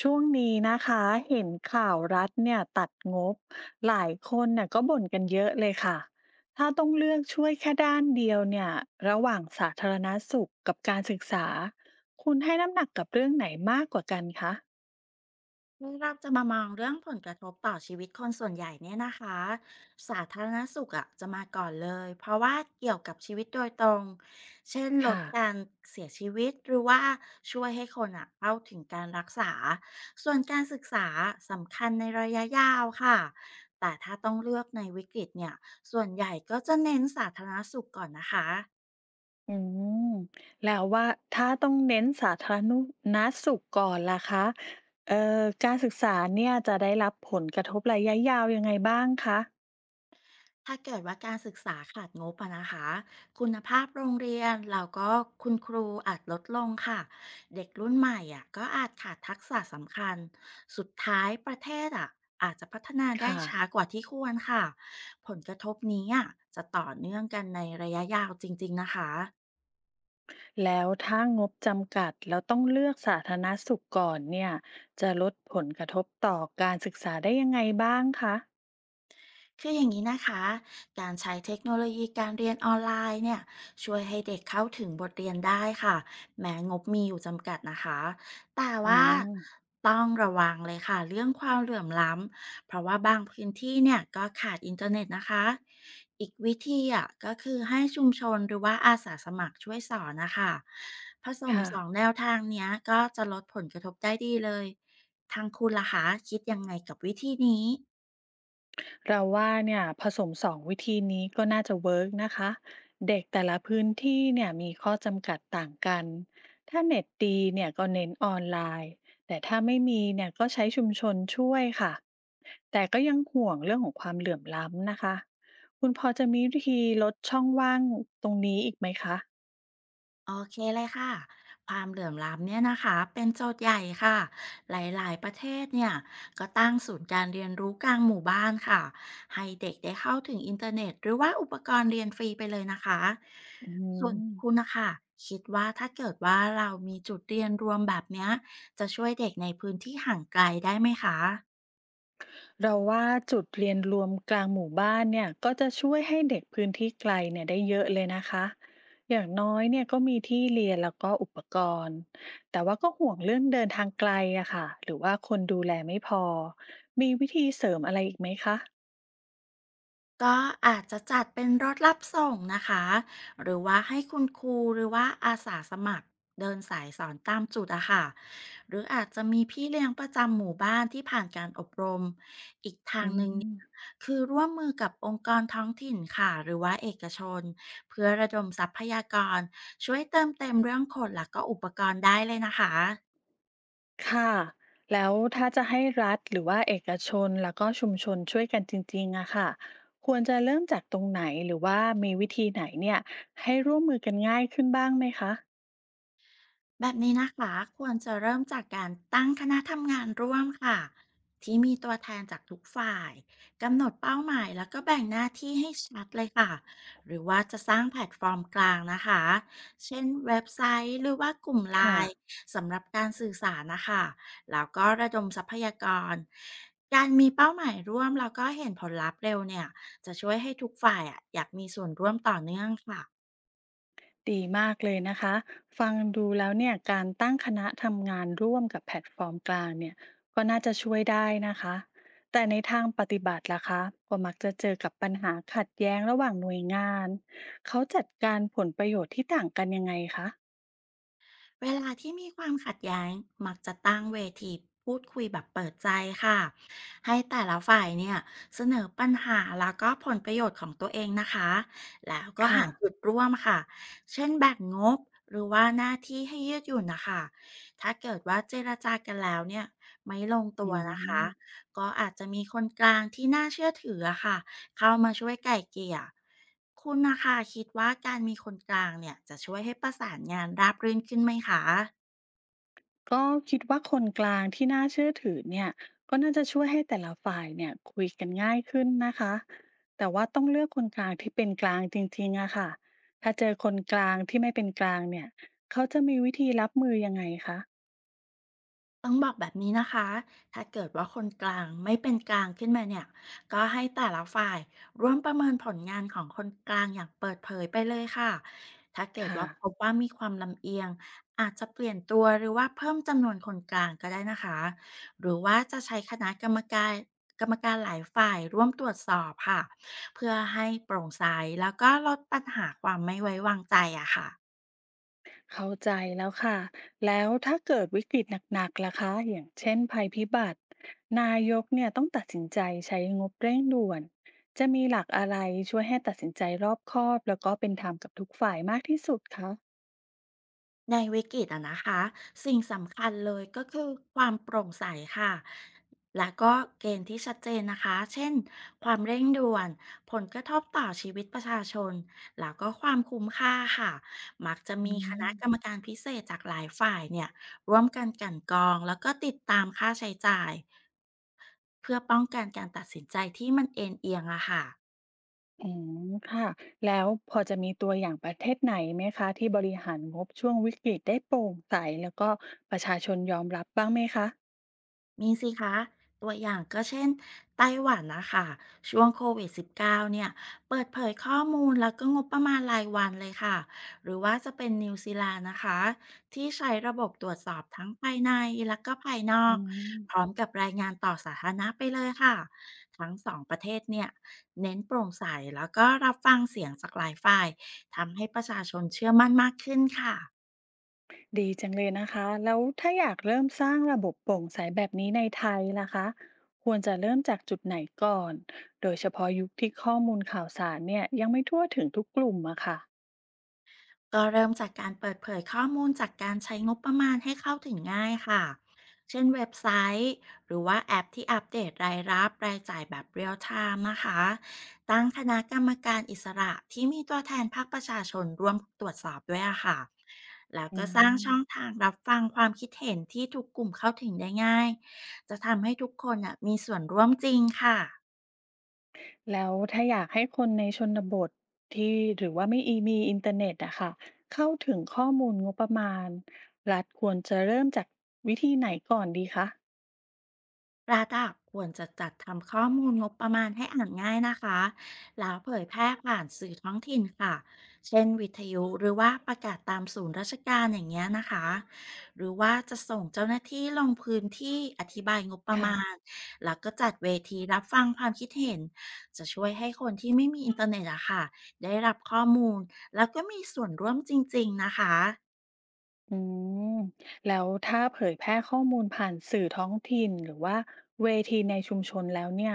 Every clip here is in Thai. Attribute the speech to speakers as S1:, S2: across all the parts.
S1: ช่วงนี้นะคะเห็นข่าวรัฐเนี่ยตัดงบหลายคนน่ะก็บ่นกันเยอะเลยค่ะถ้าต้องเลือกช่วยแค่ด้านเดียวเนี่ยระหว่างสาธารณสุขกับการศึกษาคุณให้น้ำหนักกับเรื่องไหนมากกว่ากันคะ
S2: ือเราจะมามองเรื่องผลกระทบต่อชีวิตคนส่วนใหญ่เนี่ยนะคะสาธารณสุขอ่ะจะมาก่อนเลยเพราะว่าเกี่ยวกับชีวิตโดยตรงเช่นลด
S1: ค่ะ
S2: การเสียชีวิตหรือว่าช่วยให้คนอ่ะเข้าถึงการรักษาส่วนการศึกษาสำคัญในระยะยาวค่ะแต่ถ้าต้องเลือกในวิกฤตเนี่ยส่วนใหญ่ก็จะเน้นสาธารณสุขก่อนนะคะ
S1: อืมแล้วว่าถ้าต้องเน้นสาธารณสุขก่อนล่ะคะเอ่อการศึกษาเนี่ยจะได้รับผลกระทบระยะยาวยังไงบ้างคะ
S2: ถ้าเกิดว่าการศึกษาขาดงบอะนะคะคุณภาพโรงเรียนแล้วก็คุณครูอาจลดลงค่ะเด็กรุ่นใหม่อ่ะก็อาจขาดทักษะสำคัญสุดท้ายประเทศอ่ะอาจจะพัฒนาได้
S1: ค่ะ
S2: ช้ากว่าที่ควรค่ะผลกระทบนี้อ่ะจะต่อเนื่องกันในระยะยาวจริงๆนะคะ
S1: แล้วถ้างบจำกัดแล้วต้องเลือกสาธารณสุขก่อนเนี่ยจะลดผลกระทบต่อการศึกษาได้ยังไงบ้างคะ
S2: คืออย่างนี้นะคะการใช้เทคโนโลยีการเรียนออนไลน์เนี่ยช่วยให้เด็กเข้าถึงบทเรียนได้ค่ะแม้งบมีอยู่จำกัดนะคะแต่
S1: อื
S2: ว่า
S1: ม
S2: ต้องระวังเลยค่ะเรื่องความเหลื่อมล้ำเพราะว่าบางพื้นที่เนี่ยก็ขาดอินเทอร์เน็ตนะคะอีกวิธีอ่ะก็คือให้ชุมชนหรือว่าอาสาสมัครช่วยสอนนะคะผสม
S1: ค่ะ
S2: สองแนวทางเนี้ยก็จะลดผลกระทบได้ดีเลย ทางคุณล่ะคะคิดยังไงกับวิธีนี้
S1: เราว่าเนี่ยผสมสองวิธีนี้ก็น่าจะเวิร์กนะคะเด็กแต่ละพื้นที่เนี่ยมีข้อจำกัดต่างกันถ้าเน็ตดีเนี่ยก็เน้นออนไลน์แต่ถ้าไม่มีเนี่ยก็ใช้ชุมชนช่วยค่ะแต่ก็ยังห่วงเรื่องของความเหลื่อมล้ำนะคะคุณพอจะมีวิธีลดช่องว่างตรงนี้อีกไหมคะ
S2: โอเคเลยค่ะความเหลื่อมล้ำเนี่ยนะคะเป็นโจทย์ใหญ่ค่ะหลายๆประเทศเนี่ยก็ตั้งศูนย์การเรียนรู้กลางหมู่บ้านค่ะให้เด็กได้เข้าถึงอินเทอร์เน็ตหรือว่าอุปกรณ์เรียนฟรีไปเลยนะคะ
S1: อื
S2: ส่วนคุณ
S1: ม
S2: นะคะคิดว่าถ้าเกิดว่าเรามีจุดเรียนรวมแบบเนี้ยจะช่วยเด็กในพื้นที่ห่างไกลได้ไหมคะ
S1: เราว่าจุดเรียนรวมกลางหมู่บ้านเนี่ยก็จะช่วยให้เด็กพื้นที่ไกลเนี่ยได้เยอะเลยนะคะ อย่างน้อยเนี่ยก็มีที่เรียนแล้วก็อุปกรณ์แต่ว่าก็ห่วงเรื่องเดินทางไกลอะค่ะหรือว่าคนดูแลไม่พอมีวิธีเสริมอะไรอีกไหมคะ
S2: ก็อาจจะจัดเป็นรถรับส่งนะคะหรือว่าให้คุณครูหรือว่าอาสาสมัครเดินสายสอนตามจุดอะค่ะหรืออาจจะมีพี่เลี้ยงประจำหมู่บ้านที่ผ่านการอบรมอีกทา
S1: อื
S2: งหนึ่งเนี่ย
S1: ม
S2: คือร่วมมือกับองค์กรท้องถิ่นค่ะหรือว่าเอกชนเพื่อระดมทรัพยากรช่วยเติมเต็มเรื่องคนและก็อุปกรณ์ได้เลยนะคะ
S1: ค่ะแล้วถ้าจะให้รัฐหรือว่าเอกชนแล้วก็ชุมชนช่วยกันจริงๆอะค่ะควรจะเริ่มจากตรงไหนหรือว่ามีวิธีไหนเนี่ยให้ร่วมมือกันง่ายขึ้นบ้างไหมคะ
S2: แบบนี้นะคะควรจะเริ่มจากการตั้งคณะทำงานร่วมค่ะที่มีตัวแทนจากทุกฝ่ายกำหนดเป้าหมายแล้วก็แบ่งหน้าที่ให้ชัดเลยค่ะหรือว่าจะสร้างแพลตฟอร์มกลางนะคะเช่นเว็บไซต์หรือว่ากลุ่มไล
S1: ค่ะ
S2: น์สำหรับการสื่อสารนะคะแล้วก็ระดมทรัพยากรการมีเป้าหมายร่วมแล้วก็เห็นผลลัพธ์เร็วเนี่ยจะช่วยให้ทุกฝ่ายอะอยากมีส่วนร่วมต่อเนื่องค่ะ
S1: ดีมากเลยนะคะฟังดูแล้วเนี่ยการตั้งคณะทำงานร่วมกับแพลตฟอร์มกลางเนี่ยก็น่าจะช่วยได้นะคะแต่ในทางปฏิบัติล่ะคะก็มักจะเจอกับปัญหาขัดแย้งระหว่างหน่วยงานเขาจัดการผลประโยชน์ที่ต่างกันยังไงคะ
S2: เวลาที่มีความขัดแย้งมักจะตั้งเวทีพูดคุยแบบเปิดใจค่ะให้แต่ละฝ่ายเนี่ยเสนอปัญหาแล้วก็ผลประโยชน์ของตัวเองนะคะแล้วก็
S1: ค่ะ
S2: หาจุดร่วมค่ะเช่นแบ่งงบหรือว่าหน้าที่ให้ยืดหยุ่นนะคะถ้าเกิดว่าเจรจากันแล้วเนี่ยไม่ลงตั
S1: อื
S2: วนะคะ
S1: ม
S2: ก็อาจจะมีคนกลางที่น่าเชื่อถืออะค่ะ เข้ามาช่วยไก่เกลี่ยคุณนะคะคิดว่าการมีคนกลางเนี่ยจะช่วยให้ประสานงานราบรื่นขึ้นไหมคะ
S1: ก็คิดว่าคนกลางที่น่าเชื่อถือเนี่ยก็น่าจะช่วยให้แต่ละฝ่ายเนี่ยคุยกันง่ายขึ้นนะคะแต่ว่าต้องเลือกคนกลางที่เป็นกลางจริงๆอะค่ะถ้าเจอคนกลางที่ไม่เป็นกลางเนี่ยเขาจะมีวิธีรับมือยังไงคะ
S2: ต้องบอกแบบนี้นะคะถ้าเกิดว่าคนกลางไม่เป็นกลางขึ้นมาเนี่ยก็ให้แต่ละฝ่ายร่วมประเมินผลงานของคนกลางอย่างเปิดเผยไปเลยค่ะถ้าเกิด
S1: ค่ะ
S2: ว่าพบว่ามีความลำเอียงอาจจะเปลี่ยนตัวหรือว่าเพิ่มจำนวนคนกลางก็ได้นะคะหรือว่าจะใช้คณะกรรมการหลายฝ่ายร่วมตรวจสอบค่ะเพื่อให้โปร่งใสแล้วก็ลดปัญหาความไม่ไว้วางใจอะค่ะ
S1: เข้าใจแล้วค่ะแล้วถ้าเกิดวิกฤตหนักๆล่ะคะอย่างเช่นภัยพิบัตินายกเนี่ยต้องตัดสินใจใช้งบเร่งด่วนจะมีหลักอะไรช่วยให้ตัดสินใจรอบคอบแล้วก็เป็นธรรมกับทุกฝ่ายมากที่สุดคะ
S2: ในวิกฤตอะนะคะสิ่งสำคัญเลยก็คือความโปร่งใสค่ะและก็เกณฑ์ที่ชัดเจนนะคะเช่นความเร่งด่วนผลกระทบต่อชีวิตประชาชนแล้วก็ความคุ้มค่าค่ะมักจะ
S1: อื
S2: มีคณะกรรม
S1: ม
S2: การพิเศษจากหลายฝ่ายเนี่ยร่วมกันกลันกรองแล้วก็ติดตามค่าใช้จ่ายเพื่อป้องกันการตัดสินใจที่มันเอ็นเอียงอะค่ะ
S1: อืมค่ะ แล้วพอจะมีตัวอย่างประเทศไหนไหมคะที่บริหารงบช่วงวิกฤตได้โปร่งใสแล้วก็ประชาชนยอมรับบ้างไหมคะ
S2: มีสิคะตัวอย่างก็เช่นไต้หวันนะคะช่วงCOVID-19เนี่ยเปิดเผยข้อมูลแล้วก็งบประมาณรายวันเลยค่ะหรือว่าจะเป็นนิวซีแลนด์นะคะที่ใช้ระบบตรวจสอบทั้งภายในแล้วก็ภายนอ
S1: อื
S2: ก
S1: ม
S2: พร้อมกับรายงานต่อสาธารณะไปเลยค่ะทั้งสองประเทศเนี่ยเน้นโปร่งใสแล้วก็รับฟังเสียงจากหลายฝ่ายทำให้ประชาชนเชื่อมั่นมากขึ้นค่ะ
S1: ดีจังเลยนะคะ แล้วถ้าอยากเริ่มสร้างระบบโปร่งใสแบบนี้ในไทยล่ะคะ ควรจะเริ่มจากจุดไหนก่อน โดยเฉพาะยุคที่ข้อมูลข่าวสารเนี่ยยังไม่ทั่วถึงทุกกลุ่มอะค่ะ
S2: ก็เริ่มจากการเปิดเผยข้อมูลจากการใช้งบประมาณให้เข้าถึงง่ายค่ะ เช่นเว็บไซต์หรือว่าแอปที่อัปเดตรายรับรายจ่ายแบบเรียลไทม์นะคะ ตั้งคณะกรรมการอิสระที่มีตัวแทนภาคประชาชนร่วมตรวจสอบด้วยอะค่ะ แล้ว
S1: อื
S2: ก็สร้าง
S1: ม
S2: ช่องทางรับฟังความคิดเห็นที่ทุกกลุ่มเข้าถึงได้ง่าย จะทำให้ทุกคนน่ะมีส่วนร่วมจริงค่ะ
S1: แล้วถ้าอยากให้คนในชนบทที่หรือว่าไม่อีมีอินเทอร์เน็ตอะค่ะเข้าถึงข้อมูลงบประมาณรัฐควรจะเริ่มจากวิธีไหนก่อนดีคะ
S2: รัฐอะควรจะจัดทำข้อมูลงบประมาณให้อ่านง่ายนะคะแล้วเผยแพร่ผ่านสื่อท้องถิ่นค่ะเช่นวิทยุหรือว่าประกาศตามศูนย์ราชการอย่างเงี้ยนะคะหรือว่าจะส่งเจ้าหน้าที่ลงพื้นที่อธิบายงบประ
S1: ค่ะ
S2: มาณแล้วก็จัดเวทีรับฟังความคิดเห็นจะช่วยให้คนที่ไม่มีอินเทอร์เน็ตอะค่ะได้รับข้อมูลแล้วก็มีส่วนร่วมจริงๆนะคะ
S1: อืมแล้วถ้าเผยแพร่ข้อมูลผ่านสื่อท้องถิ่นหรือว่าเวทีในชุมชนแล้วเนี่ย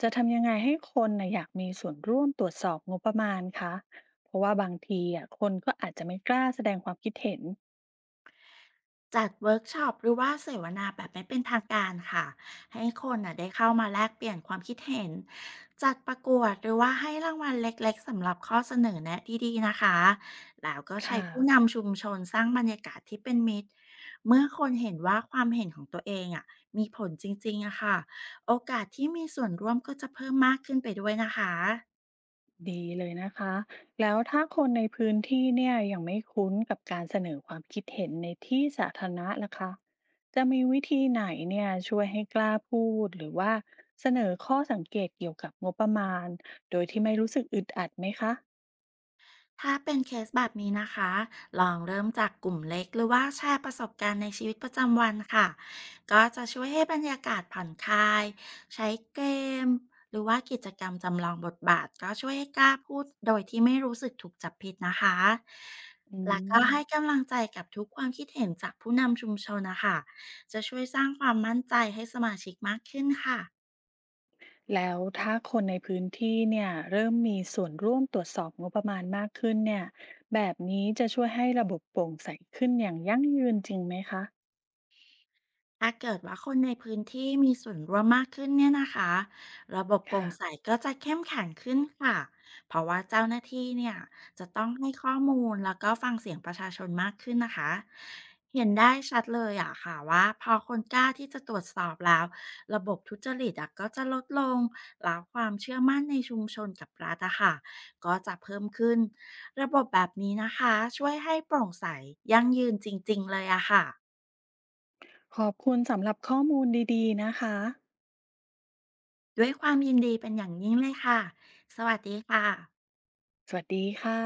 S1: จะทำยังไงให้คนน่ะอยากมีส่วนร่วมตรวจสอบงบประมาณคะเพราะว่าบางทีอะคนก็อาจจะไม่กล้าแสดงความคิดเห็น
S2: จัดเวิร์กช็อปหรือว่าเสวนาแบบไม่เป็นทางการค่ะให้คนน่ะได้เข้ามาแลกเปลี่ยนความคิดเห็นจัดประกวดหรือว่าให้รางวัลเล็กๆสำหรับข้อเสนอแนะดีๆนะคะแล้วก็ใช้
S1: ค่ะ
S2: ผู้นำชุมชนสร้างบรรยากาศที่เป็นมิตรเมื่อคนเห็นว่าความเห็นของตัวเองอ่ะมีผลจริงๆอะค่ะโอกาสที่มีส่วนร่วมก็จะเพิ่มมากขึ้นไปด้วยนะคะ
S1: ดีเลยนะคะแล้วถ้าคนในพื้นที่เนี่ยยังไม่คุ้นกับการเสนอความคิดเห็นในที่สาธารณะล่ะคะจะมีวิธีไหนเนี่ยช่วยให้กล้าพูดหรือว่าเสนอข้อสังเกตเกี่ยวกับงบประมาณโดยที่ไม่รู้สึกอึดอัดไหมคะ
S2: ถ้าเป็นเคสแบบนี้นะคะลองเริ่มจากกลุ่มเล็กหรือว่าแชร์ประสบการณ์ในชีวิตประจำวันค่ะก็จะช่วยให้บรรยากาศผ่อนคลาย ใช้เกมหรือว่ากิจกรรมจำลองบทบาทก็ช่วยให้กล้าพูดโดยที่ไม่รู้สึกถูกจับผิดนะคะ
S1: อื
S2: แล้วก็
S1: ม
S2: ให้กำลังใจกับทุกความคิดเห็นจากผู้นำชุมชนนะคะ จะช่วยสร้างความมั่นใจให้สมาชิกมากขึ้นค่ะ
S1: แล้วถ้าคนในพื้นที่เนี่ยเริ่มมีส่วนร่วมตรวจสอบงบประมาณมากขึ้นเนี่ยแบบนี้จะช่วยให้ระบบโปร่งใสขึ้นอย่างยั่งยืนจริงไหมคะ
S2: ถ้าเกิดว่าคนในพื้นที่มีส่วนร่วมมากขึ้นเนี่ยนะคะระบบโปร่
S1: ค่ะ
S2: งใสก็จะเข้มแข็งขึ้นค่ะเพราะว่าเจ้าหน้าที่เนี่ยจะต้องให้ข้อมูลแล้วก็ฟังเสียงประชาชนมากขึ้นนะคะเห็นได้ชัดเลยอะค่ะว่าพอคนกล้าที่จะตรวจสอบแล้วระบบทุจริตอะก็จะลดลงแล้วความเชื่อมั่นในชุมชนกับรัฐอะค่ะก็จะเพิ่มขึ้นระบบแบบนี้นะคะช่วยให้โปร่งใสยั่งยืนจริงๆเลยอะค่ะ
S1: ขอบคุณสำหรับข้อมูลดีๆนะคะ
S2: ด้วยความยินดีเป็นอย่างยิ่งเลยค่ะ สวัสดีค่ะ
S1: สวัสดีค่ะ